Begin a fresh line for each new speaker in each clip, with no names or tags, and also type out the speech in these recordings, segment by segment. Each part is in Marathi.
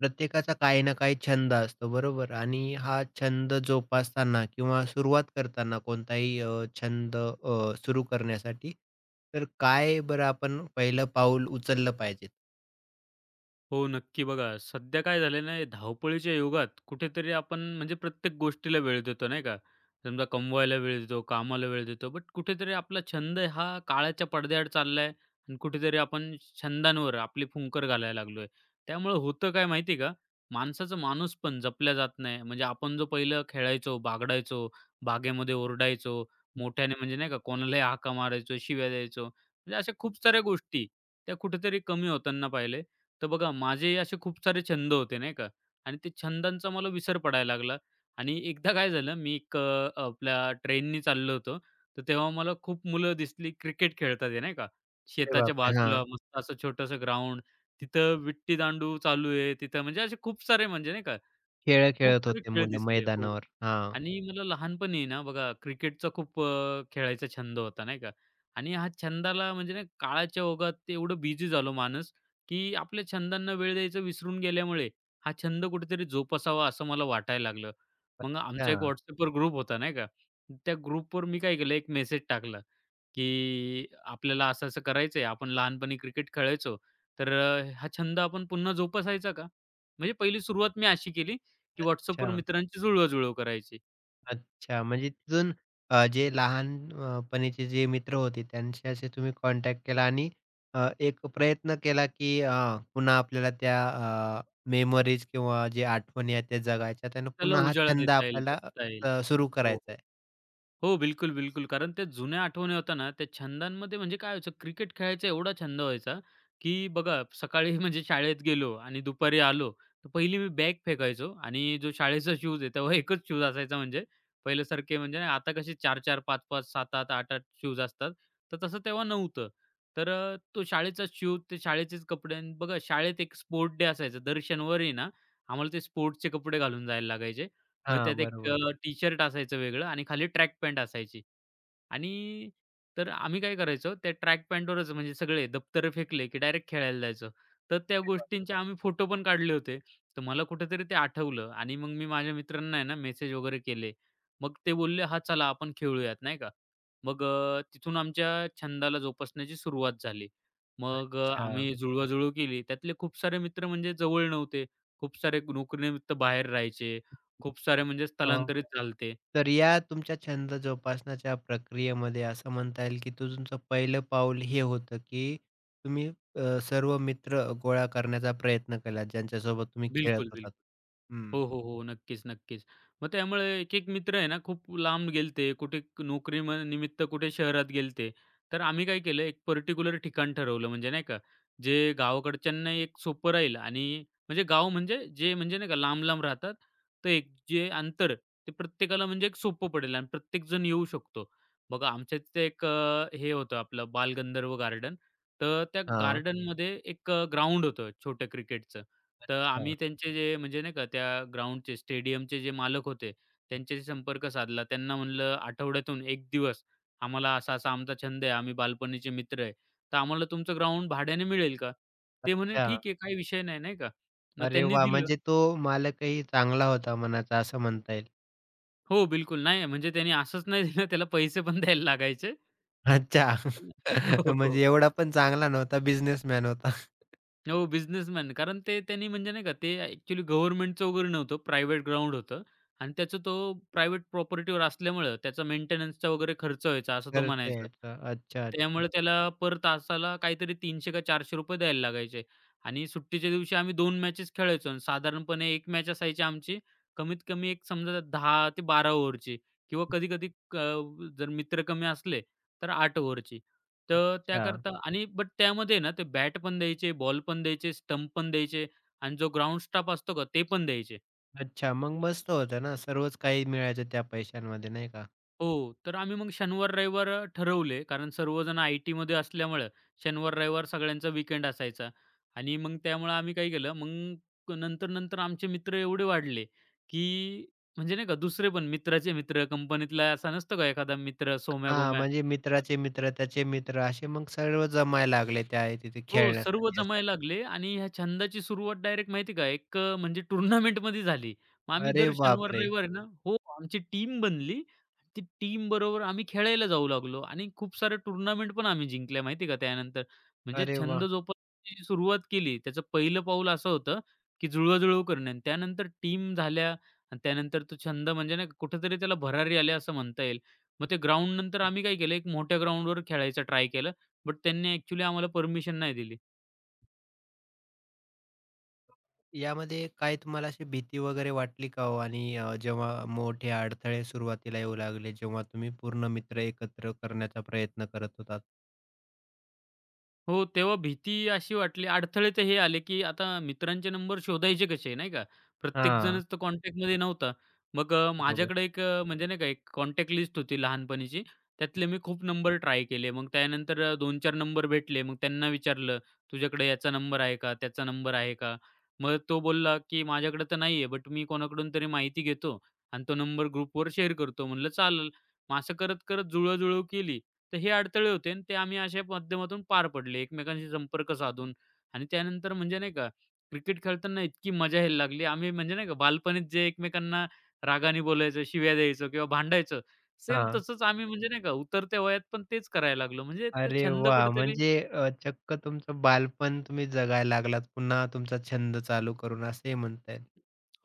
प्रत्येकाचा काही ना काही छंद असतो बरोबर आणि हा छंद जोपासताना किंवा सुरुवात करताना कोणताही छंद सुरू करण्यासाठी तर काय बरं आपण पहिलं पाऊल उचललं पाहिजे?
हो, नक्की. बघा, सध्या काय झालं ना, धावपळीच्या युगात कुठेतरी आपण म्हणजे प्रत्येक गोष्टीला वेळ देतो, नाही का? समजा कमवायला वेळ देतो, कामाला वेळ देतो, बट कुठेतरी आपला छंद हा काळाच्या पडद्याआड चाललाय आणि कुठेतरी आपण छंदांवर आपली फुंकर घालायला लागलोय. त्यामुळे होतं काय माहिती आहे का, माणसाचं माणूसपण जपल्या जात नाही. म्हणजे आपण जो पहिलं खेळायचो, बागडायचो, बागेमध्ये ओरडायचो, मोठ्याने म्हणजे नाही का, कोणालाही हाका मारायचो, शिव्या द्यायचो. म्हणजे अशा खूप साऱ्या गोष्टी, त्या कुठेतरी कमी होताना पाहिले. तर बघा माझे असे खूप सारे छंद होते नाही का, आणि ते छंदांचा मला विसर पडायला लागला. आणि एकदा काय झालं, मी एक आपल्या ट्रेननी चाललो होतो. तर तेव्हा मला खूप मुलं दिसली क्रिकेट खेळतात आहे नाही का,
अरे
शेताच्या
बापरे!
बाजूला
हां.
मस्त असं छोटंसं ग्राउंड, तिथं विट्टी दांडू चालू आहे, तिथं म्हणजे असे खूप सारे म्हणजे नाही का,
खेळ
खूप
खेळत
सारे
होते
खेळ
मुलं
दिसले हो.
मैदानावर. हां.
आणि मला लहानपणी आहे ना बघा क्रिकेटचा खूप खेळायचा छंद होता नाही का? आणि हा छंदाला म्हणजे ना काळाच्या ओघात ते एवढं बिझी झालो माणूस, की आपल्या छंदांना वेळ द्यायचं विसरून गेल्यामुळे हा छंद कुठेतरी जोपासावा असं मला वाटायला लागलं. मग
अच्छा,
आमचा एक WhatsAppवर ग्रुप होता नाही का? त्या ग्रुपवर मी काय केलं, एक मेसेज टाकला, की आपल्याला असं-असं करायचंय. आपण लहानपणी क्रिकेट खेळायचो, तर हा छंद आपण पुन्हा जोपासायचा का? म्हणजे पहिली सुरुवात मी अशी केली, की WhatsAppवर
अच्छा.
मित्रांची जुळवाजुळव करायची.
अच्छा, म्हणजे तिथून जे लहानपणीचे जे मित्र होते त्यांच्याशी तुम्ही कॉन्टॅक्ट केला आणि एक प्रयत्न केला, की पुन्हा आपल्याला त्या अ, मेमरीज किंवा जे आठवणी आहेत त्या जगायच्या. त्यानं
त्याला
पुन्हा हा
उजाळा
छंद
देता येईल,
आपल्याला
जगता येईल.
सुरू
हो,
करायचा
हो.
आहे.
हो, बिलकुल, बिलकुल. कारण त्या जुन्या आठवणी होत्या ना, त्या छंदांमध्ये म्हणजे काय व्हायचं, क्रिकेट खेळायचा एवढा छंद व्हायचा, की बघा सकाळी म्हणजे शाळेत गेलो आणि दुपारी आलो, तर पहिली मी बॅग फेकायचो आणि जो शाळेचा शूज आहे, तेव्हा एकच शूज असायचा. म्हणजे पहिल्यासारखे म्हणजे नाही आता कसे 4-4, 5-5, 7-7, 8-8 शूज असतात, तर तसं तेव्हा नव्हतं. तर तो शाळेचा शूज, ते शाळेचेच कपडे. आणि बघा शाळेत एक स्पोर्ट डे असायचा. दर शनिवारी ना, आम्हाला ते स्पोर्ट्सचे कपडे घालून जायला लागायचे. मग
हां,
त्यात एक
बरोबर.
टी-शर्ट असायचं वेगळं आणि खाली ट्रॅक पॅन्ट असायची. आणि तर आम्ही काय करायचो, त्या ट्रॅक पॅन्टवरच म्हणजे सगळे दप्तरं फेकले, की डायरेक्ट खेळायला जायचो. तर त्या गोष्टींचे आम्ही फोटो पण काढले होते. तर मला कुठेतरी ते आठवलं आणि मग मी माझ्या मित्रांना आहे ना मेसेज वगैरे केले. मग ते बोलले, "हां, चला आपण खेळूयात," नाही का. मग तिथून आमच्या छंदाला जोपासण्याची सुरुवात झाली. मग
अच्छा.
आम्ही जुळवाजुळव केली. त्यातले खूप सारे मित्र म्हणजे जवळ नव्हते. खूप सारे नोकरीनिमित्त बाहेर राहायचे. खूप सारे म्हणजे
अ,
स्थलांतरित चालते.
तर या तुमच्या छंद जोपासण्याच्या प्रक्रियेमध्ये असं म्हणता येईल की तुमचं पहिलं पाऊल हे होतं की तुम्ही सर्व मित्र गोळा करण्याचा प्रयत्न केला ज्यांच्यासोबत तुम्ही खेळत
बिलकुल, बिलकुल.
होतात. हं.
हो, हो, हो. नक्कीच, नक्कीच. मग त्यामुळे एक-एक मित्र आहे ना, खूप लांब गेलते, कुठे नोकरी निमित्त कुठे शहरात गेलते. तर आम्ही काय केलं, एक पर्टिक्युलर ठिकाण ठरवलं म्हणजे नाही का, जे गावाकडच्यांना एक सोपं राहील आणि म्हणजे गाव म्हणजे जे म्हणजे नाही का लांब-लांब राहतात, तर एक जे अंतर ते प्रत्येकाला म्हणजे एक सोपं पडेल आणि प्रत्येकजण येऊ शकतो. बघा आमच्या तिथे एक हे होतं आपलं बालगंधर्व गार्डन. तर त्या
हां.
गार्डनमध्ये एक ग्राउंड होतं छोटं क्रिकेटचं. तर
अच्छा.
आम्ही त्यांचे जे म्हणजे नाही का त्या ग्राउंडचे, स्टेडियमचे जे मालक होते, त्यांच्याशी संपर्क साधला. त्यांना म्हणलं, "आठवड्यातून 1 दिवस आम्हाला असा-असा आमचा छंद आहे, आम्ही बालपणीचे मित्र आहे, तर आम्हाला तुमचं ग्राउंड भाड्याने मिळेल का?" ते म्हणे,
अच्छा.
"ठीक आहे, काही विषय नाही." नाही का. मग
अरे
त्यांनी
वाह!
दिलं.
म्हणजे तो मालकही चांगला होता मनाचा असं म्हणता येईल.
हो, बिलकुल. नाही म्हणजे त्यांनी असंच नाही दिलं, त्याला पैसे पण द्यायला लागायचे.
अच्छा.
हो.
म्हणजे एवढा पण चांगला नव्हता बिझनेसमॅन होता.
हो, बिझनेसमॅन. कारण ते त्यांनी म्हणजे नाही का, ते ॲक्चुअली गव्हर्नमेंटचं वगैरे नव्हतं, प्रायव्हेट ग्राउंड होतं आणि त्याचं तो प्रायव्हेट प्रॉपर्टीवर असल्यामुळं त्याचा मेंटेनन्सचा वगैरे खर्च व्हायचा, असं तो
तर
म्हणायचा.
तेच. अच्छा, अच्छा.
त्यामुळे त्याला पर तासाला काहीतरी 300 का ₹400 द्यायला लागायचे आणि सुट्टीच्या दिवशी आम्ही 2 मॅचेस खेळायचो आणि साधारणपणे 1 मॅच असायची आमची, कमीत कमी एक समजा 10 ते 12 ओव्हरची, किंवा कधी-कधी जर मित्र कमी असले, तर 8 ओव्हरची. तर
अच्छा.
त्याकरता आणि बट त्यामध्ये ना ते बॅट पण द्यायचे, बॉल पण द्यायचे, स्टंप पण द्यायचे आणि जो ग्राउंड स्टाफ असतो का ते पण द्यायचे.
अच्छा. मग मस्त होतं ना सर्वच काही मिळायचं त्या पैशांमध्ये नाही का?
हो, तर आम्ही मग शनिवार, रविवार ठरवले, कारण सर्वजण आय-टीमध्ये असल्यामुळं शनिवार, रविवार सगळ्यांचा वीकेंड असायचा. आणि मग त्यामुळं आम्ही काय केलं, मग नंतर-नंतर आमचे मित्र एवढे वाढले, की म्हणजे नाही का दुसरे पण मित्राचे मित्र कंपनीतला असा नसतो का एखादा मित्र
हां,
सोम्या-गोम्या.
म्हणजे मित्राचे मित्र, त्याचे मित्र असे मग सर्व जमायला लागले त्या तिथे
हो, सर्व
खेळण्यासाठी असं.
जमायला लागले आणि ह्या छंदाची सुरुवात डायरेक्ट माहिती का, एक म्हणजे टुर्नामेंटमध्ये झाली. मग आम्ही
अरे
दर शनिवार,
बापरे!
रविवार आहे ना, हो, आमची टीम बनली. ती टीम बरोबर आम्ही खेळायला जाऊ लागलो आणि खूप सारे टुर्नामेंट पण आम्ही जिंकल्या माहिती का त्यानंतर. म्हणजे
अरे
छंद
वाह!
जोपासण्याची सुरुवात केली. त्याचं पहिलं पाऊल असं होतं, की जुळवाजुळव करणे आणि त्यानंतर टीम झाल्या आणि त्यानंतर तो छंद म्हणजे नाही का कुठेतरी त्याला भरारी आली असं म्हणता येईल. मग ते ग्राउंडनंतर आम्ही काय केलं, एक मोठ्या ग्राउंडवर खेळायचा ट्राय केला. बट त्यांनी ॲक्चुअली आम्हाला परमिशन नाही दिली.
यामध्ये काय तुम्हाला अशी भीती वगैरे वाटली का हो? आणि जेव्हा मोठे अडथळे सुरुवातीला येऊ लागले, जेव्हा तुम्ही पूर्ण मित्र एकत्र करण्याचा प्रयत्न करत होतात?
हो, तेव्हा भीती अशी वाटली. अडथळे तर हे आले, की आता मित्रांचे नंबर शोधायचे कसे, नाही का?
हां,
प्रत्येकजणच तर कॉन्टॅक्टमध्ये नव्हता. मग
बरोबर.
माझ्याकडे एक म्हणजे नाही का, एक कॉन्टॅक्ट लिस्ट होती लहानपणीची. त्यातले मी खूप नंबर ट्राय केले. मग त्यानंतर 2-4 नंबर भेटले. मग त्यांना विचारलं, "तुझ्याकडे याचा नंबर आहे का? त्याचा नंबर आहे का?" मग तो बोलला, की "माझ्याकडे तर नाही आहे, बट मी कोणाकडून तरी माहिती घेतो आणि तो नंबर ग्रुपवर शेअर करतो." म्हणलं, "चालेल." मग असं करत-करत जुळवाजुळव केली. तर हे अडथळे होते आणि ते आम्ही अशा माध्यमातून पार पडले. एकमेकांशी संपर्क साधून आणि त्यानंतर म्हणजे नाही का, क्रिकेट खेळताना इतकी मजा यायला लागली. आम्ही म्हणजे नाही का बालपणीत जे एकमेकांना रागाने बोलायचो, शिव्या द्यायचो किंवा भांडायचो, सेम
हां.
तसंच आम्ही म्हणजे नाही का उतरत्या वयात पण तेच करायला लागलो. म्हणजे तो
अरे
छंद
वाह!
कुठेतरी.
म्हणजे चक्क तुमचं बालपण तुम्ही जगायला लागलात, पुन्हा तुमचा छंद चालू करून असे म्हणता येईल.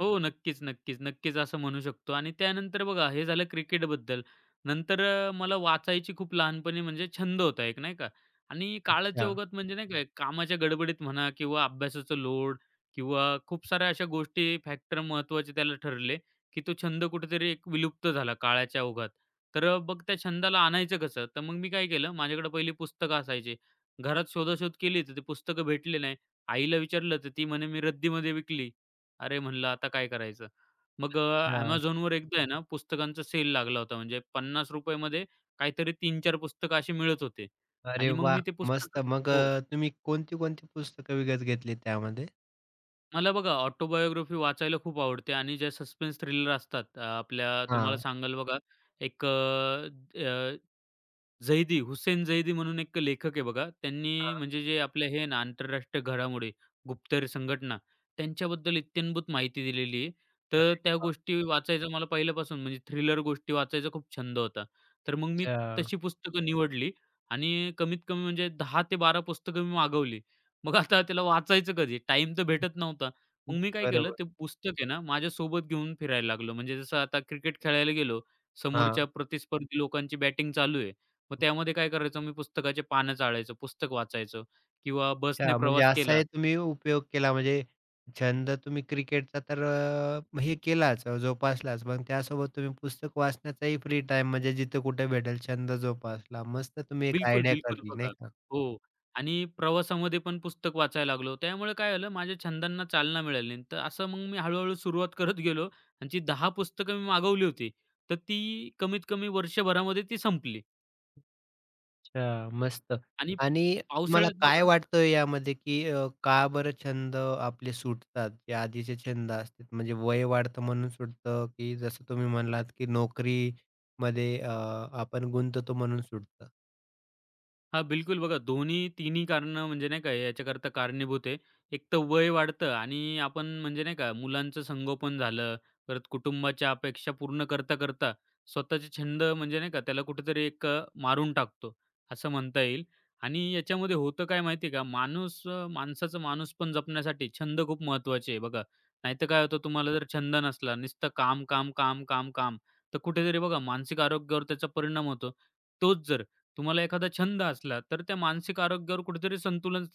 हो, नक्कीच, नक्कीच, नक्कीच असं म्हणू शकतो. आणि त्यानंतर बघा हे झालं क्रिकेटबद्दल. नंतर मला वाचायची खूप लहानपणी म्हणजे छंद होता एक नाही का, आणि काळाच्या
अच्छा,
ओघात म्हणजे नाही का कामाच्या गडबडीत म्हणा किंवा अभ्यासाचं लोड किंवा खूप साऱ्या अशा गोष्टी फॅक्टर महत्त्वाचे त्याला ठरले, की तो छंद कुठेतरी एक विलुप्त झाला काळाच्या ओघात. तर मग त्या छंदाला आणायचं कसं? तर मग मी काय केलं, माझ्याकडे पहिली पुस्तकं असायची. घरात शोधाशोध केली तर ती पुस्तकं भेटली नाही. आईला विचारलं तर ती म्हणे, "मी रद्दीमध्ये विकली." अरे म्हणलं आता काय करायचं? मग
अच्छा.
Amazonवर एकदा आहे ना पुस्तकांचा सेल लागला होता. म्हणजे ₹50 मध्ये काहीतरी 3-4 पुस्तकं अशी मिळत होते.
अरे
आणि मग
वाह!
मी ते
मस्त.
पुस्तकं
मग
हो.
तुम्ही कोणती-कोणती पुस्तकं विकत घेतली त्यामध्ये?
मला बघा ऑटोबायोग्राफी वाचायला खूप आवडते आणि ज्या सस्पेन्स थ्रिलर असतात आपल्या तुम्हाला
हां.
सांगाल बघा, एक झैदी, हुसेन झैदी म्हणून एक लेखक आहे बघा.
हां.
त्यांनी म्हणजे जे आपले हे आहे ना आंतरराष्ट्रीय घडामोडी, गुप्तहेर संघटना त्यांच्याबद्दल इत्थंभूत माहिती दिलेली आहे. तर
अरे
त्या
वाह!
गोष्टी वाचायचा मला पहिल्यापासून म्हणजे थ्रिलर गोष्टी वाचायचा खूप छंद होता. तर मग मी
अच्छा.
तशी पुस्तकं निवडली आणि कमीत कमी म्हणजे 10 ते 12 पुस्तकं मी मागवली. मग आता त्याला वाचायचं कधी? टाईम तर भेटत नव्हता. मग मी काय केलं,
बरोबर.
ते पुस्तक आहे ना माझ्यासोबत घेऊन फिरायला लागलो. म्हणजे जसं आता क्रिकेट खेळायला गेलो,
हां.
समोरच्या प्रतिस्पर्धी लोकांची बॅटिंग चालू आहे. मग त्यामध्ये काय करायचो, मी पुस्तकाचे पानं चाळायचो, पुस्तक वाचायचो किंवा बसने
अच्छा म्हणजे
प्रवास केला.
असाही तुम्ही उपयोग केला म्हणजे छंद तुम्ही क्रिकेटचा तर हे केलाच जोपासलाच. मग त्यासोबत तुम्ही पुस्तक वाचण्याचाही फ्री टाईम म्हणजे जिथं कुठे भेटेल छंद जोपासला. मस्त तुम्ही एक
बिलकुल,
आयडिया
बिलकुल
काढली नाही
बघा.
का?
हो, आणि प्रवासामध्ये पण पुस्तक वाचायला लागलो. त्यामुळे काय झालं, माझ्या छंदांना चालना मिळाली. तर असं मग मी हळू सुरुवात करत गेलो आणि जी 10 पुस्तकं मी मागवली होती, तर ती कमीत कमी वर्षभरामध्ये ती संपली.
अच्छा, मस्त.
आणि
आणि तुम्हाला
पावसाळ्यात
काय
बघा,
वाटतं यामध्ये, की का बरं छंद आपले सुटतात? जे आधीचे छंद असतात म्हणजे वय वाढतं म्हणून सुटतं, की जसं तुम्ही म्हणालात, की नोकरीमध्ये आपण गुंततो म्हणून सुटतं?
हां, बिलकुल. बघा दोन्ही तिन्ही कारणं म्हणजे नाही का याच्याकरता कारणीभूत आहे. एक तर वय वाढतं आणि आपण म्हणजे नाही का मुलांचं संगोपन झालं, परत कुटुंबाच्या अपेक्षा पूर्ण करता-करता स्वतःचे छंद म्हणजे नाही का त्याला कुठेतरी एक मारून टाकतो, असं म्हणता येईल. आणि याच्यामध्ये होतं काय माहिती आहे का, माणूस माणसाचं माणूस पण जपण्यासाठी छंद खूप महत्त्वाचे आहे बघा. नाहीतर काय होतं, तुम्हाला जर छंद नसला नुसतं काम, काम, काम, काम, काम, तर कुठेतरी बघा मानसिक आरोग्यावर त्याचा परिणाम होतो. तोच जर तुम्हाला एखादा छंद असला, तर त्या मानसिक आरोग्यावर कुठेतरी संतुलन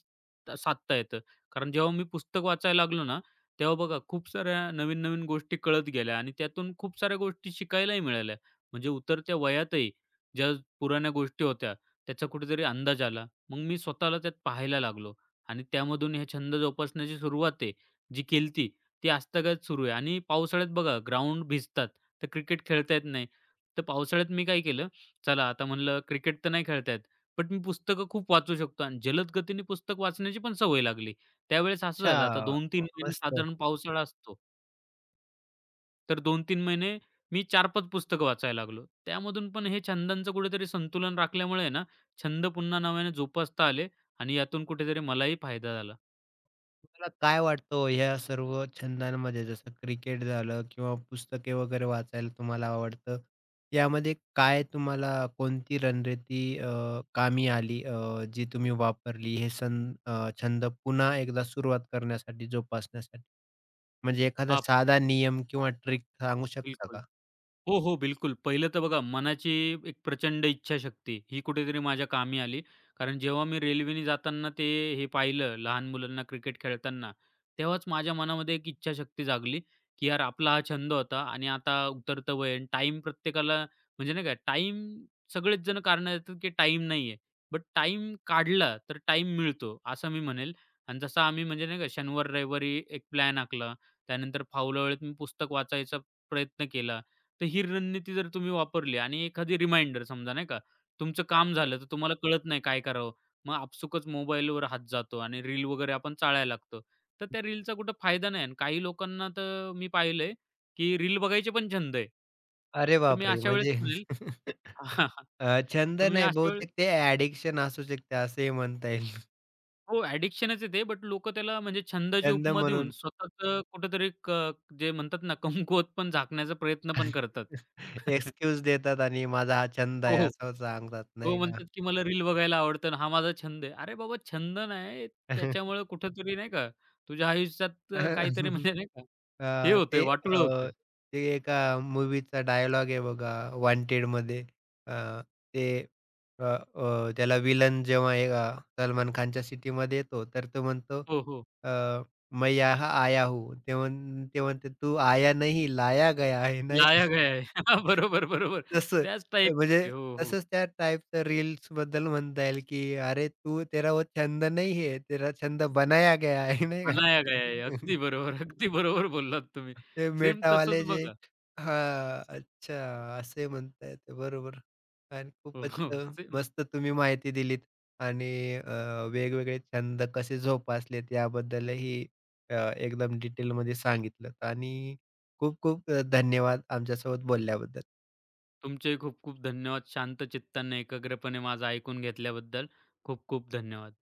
साधता येतं. कारण जेव्हा मी पुस्तक वाचायला लागलो ना, तेव्हा बघा खूप साऱ्या नवीन-नवीन गोष्टी कळत गेल्या आणि त्यातून खूप साऱ्या गोष्टी शिकायलाही मिळाल्या. म्हणजे उतरत्या वयातही ज्या पुराण्या गोष्टी होत्या, त्याचा कुठेतरी अंदाज आला. मग मी स्वतःला त्यात पाहायला लागलो आणि त्यामधून हे छंद जोपासण्याची सुरुवात आहे, जी केलती, ती आजतागायत सुरू आहे. आणि पावसाळ्यात बघा ग्राउंड भिजतात, तर क्रिकेट खेळता येत नाही. तर पावसाळ्यात मी काय केलं, चला आता म्हणलं क्रिकेट तर नाही खेळता, बट मी पुस्तकं खूप वाचू शकतो आणि जलद गतीने पुस्तक वाचण्याची पण सवय लागली. त्यावेळेस असं झालं आता
अच्छा,
2-3 महिने
मस्त.
साधारण पावसाळा असतो. तर 2-3 महिने मी 4-5 पुस्तकं वाचायला लागलो. त्यामधून पण हे छंदांचं कुठेतरी संतुलन राखल्यामुळे ना, छंद पुन्हा नव्याने जोपासता आले आणि यातून कुठेतरी मलाही फायदा झाला.
तुम्हाला काय वाटतं हो ह्या सर्व छंदांमध्ये जसं क्रिकेट झालं किंवा पुस्तके वगैरे वाचायला तुम्हाला आवडतं. यामध्ये काय तुम्हाला कोणती रणनीती कामी आली जी तुम्ही वापरली छंद पुन्हा एकदा सुरुवात करण्यासाठी, जोपासण्यासाठी? म्हणजे एखादा
हां,
साधा नियम किंवा ट्रिक सांगू शकता
बिलकुल.
का?
हो, हो. बिलकुल. पहिलं तर बघा मनाची एक प्रचंड इच्छाशक्ती ही कुठेतरी माझ्या कामी आली. कारण जेव्हा मी रेल्वेने जाताना ते हे पाहिलं लहान मुलांना क्रिकेट खेळताना, तेव्हाच माझ्या मनामध्ये एक इच्छाशक्ती जागली, की यार आपला हा छंद होता आणि आता उतरतं वय आहे प्रत्येकाला म्हणजे नाही का टाईम, सगळेच जण कारणं देतात, की टाईम नाहीये. बट टाईम काढला तर टाईम मिळतो असं मी म्हणेल. आणि जसं आम्ही म्हणजे नाही का शनिवार-रविवारी एक प्लॅन आखला. त्यानंतर फावल्या वेळेत मी पुस्तक वाचायचा प्रयत्न केला. तर ही रणनीती जर तुम्ही वापरली आणि एखादी रिमाइंडर समजा नाही का, तुमचं काम
बरोबर.
झालं तर तुम्हाला कळत नाही काय करावं? मग आपसुकच मोबाईलवर हात जातो आणि रील वगैरे आपण चाळायला लागतो. तर त्या रीलचा कुठं फायदा नाही आणि काही लोकांना तर मी पाहिलंय, की रील बघायचे पण छंद आहे.
अरे
तर मी
बापरे!
अशा वेळेस
म्हणजे
म्हणेल.
छंद
तर मी
नाही
अशा वेळेस,
बहुतेक ते ॲडिक्शन असू शकते असंही म्हणता येईल.
हो, ॲडिक्शनच आहे ते, बट लोकं त्याला म्हणजे छंदाची
छंद
उपमा देऊन
म्हणून
स्वतःचं कुठेतरी जे म्हणतात ना, कमकुवत पण झाकण्याचा प्रयत्न पण करतात.
एक्सक्यूज देतात आणि माझा हा छंद आहे
हो.
असं सांगतात
तो
नाही का?
म्हणतात, की मला रील बघायला आवडतं आणि हा माझा छंद आहे. अरे बाबा छंद नाही, त्याच्यामुळे कुठेतरी नाही का तुझ्या आयुष्यात काहीतरी म्हणजे नाही का हे
अ,
होतंय,
ते
वाटोळं होतंय.
अ, ते एका मूव्हीचा डायलॉग आहे बघा वॉन्टेडमध्ये अ, ते अ, अ, त्याला विलन जेव्हा सलमान खानच्या सिटीमध्ये येतो, तर तो म्हणतो
हो, हो.
अ, "मैं यहाँ आया हूँ." ते म्हणते, "तू आया नहीं, लाया गया है." नाही का?
लाया गया है. बरोबर, बरोबर.
तसं
त्याच
अ,
टाईपमध्ये.
म्हणजे
हो, हो.
तसंच त्या टाइपचं रील्सबद्दल म्हणता येईल, की "अरे तू तेरा वो छंद नहीं है, तेरा छंद बनाया गया है." नाही का?
बनाया गया है. अगदी बरोबर, अगदी बरोबर बोललात तुम्ही.
ते
सेम तसंच
मेटावाले जे
बघा.
हां, अच्छा असे म्हणताय ते बरोबर आणि
हो,
खूपच
हो. सेम.
मस्त तुम्ही माहिती दिलीत आणि वेगवेगळे छंद कसे जोपासलेत याबद्दलही एकदम डिटेलमध्ये सांगितलंत आणि खूप खूप धन्यवाद आमच्यासोबत बोलल्याबद्दल.
तुमचेही खूप खूप धन्यवाद. शांत चित्ताने एकाग्रपणे माझं ऐकून घेतल्याबद्दल खूप खूप धन्यवाद.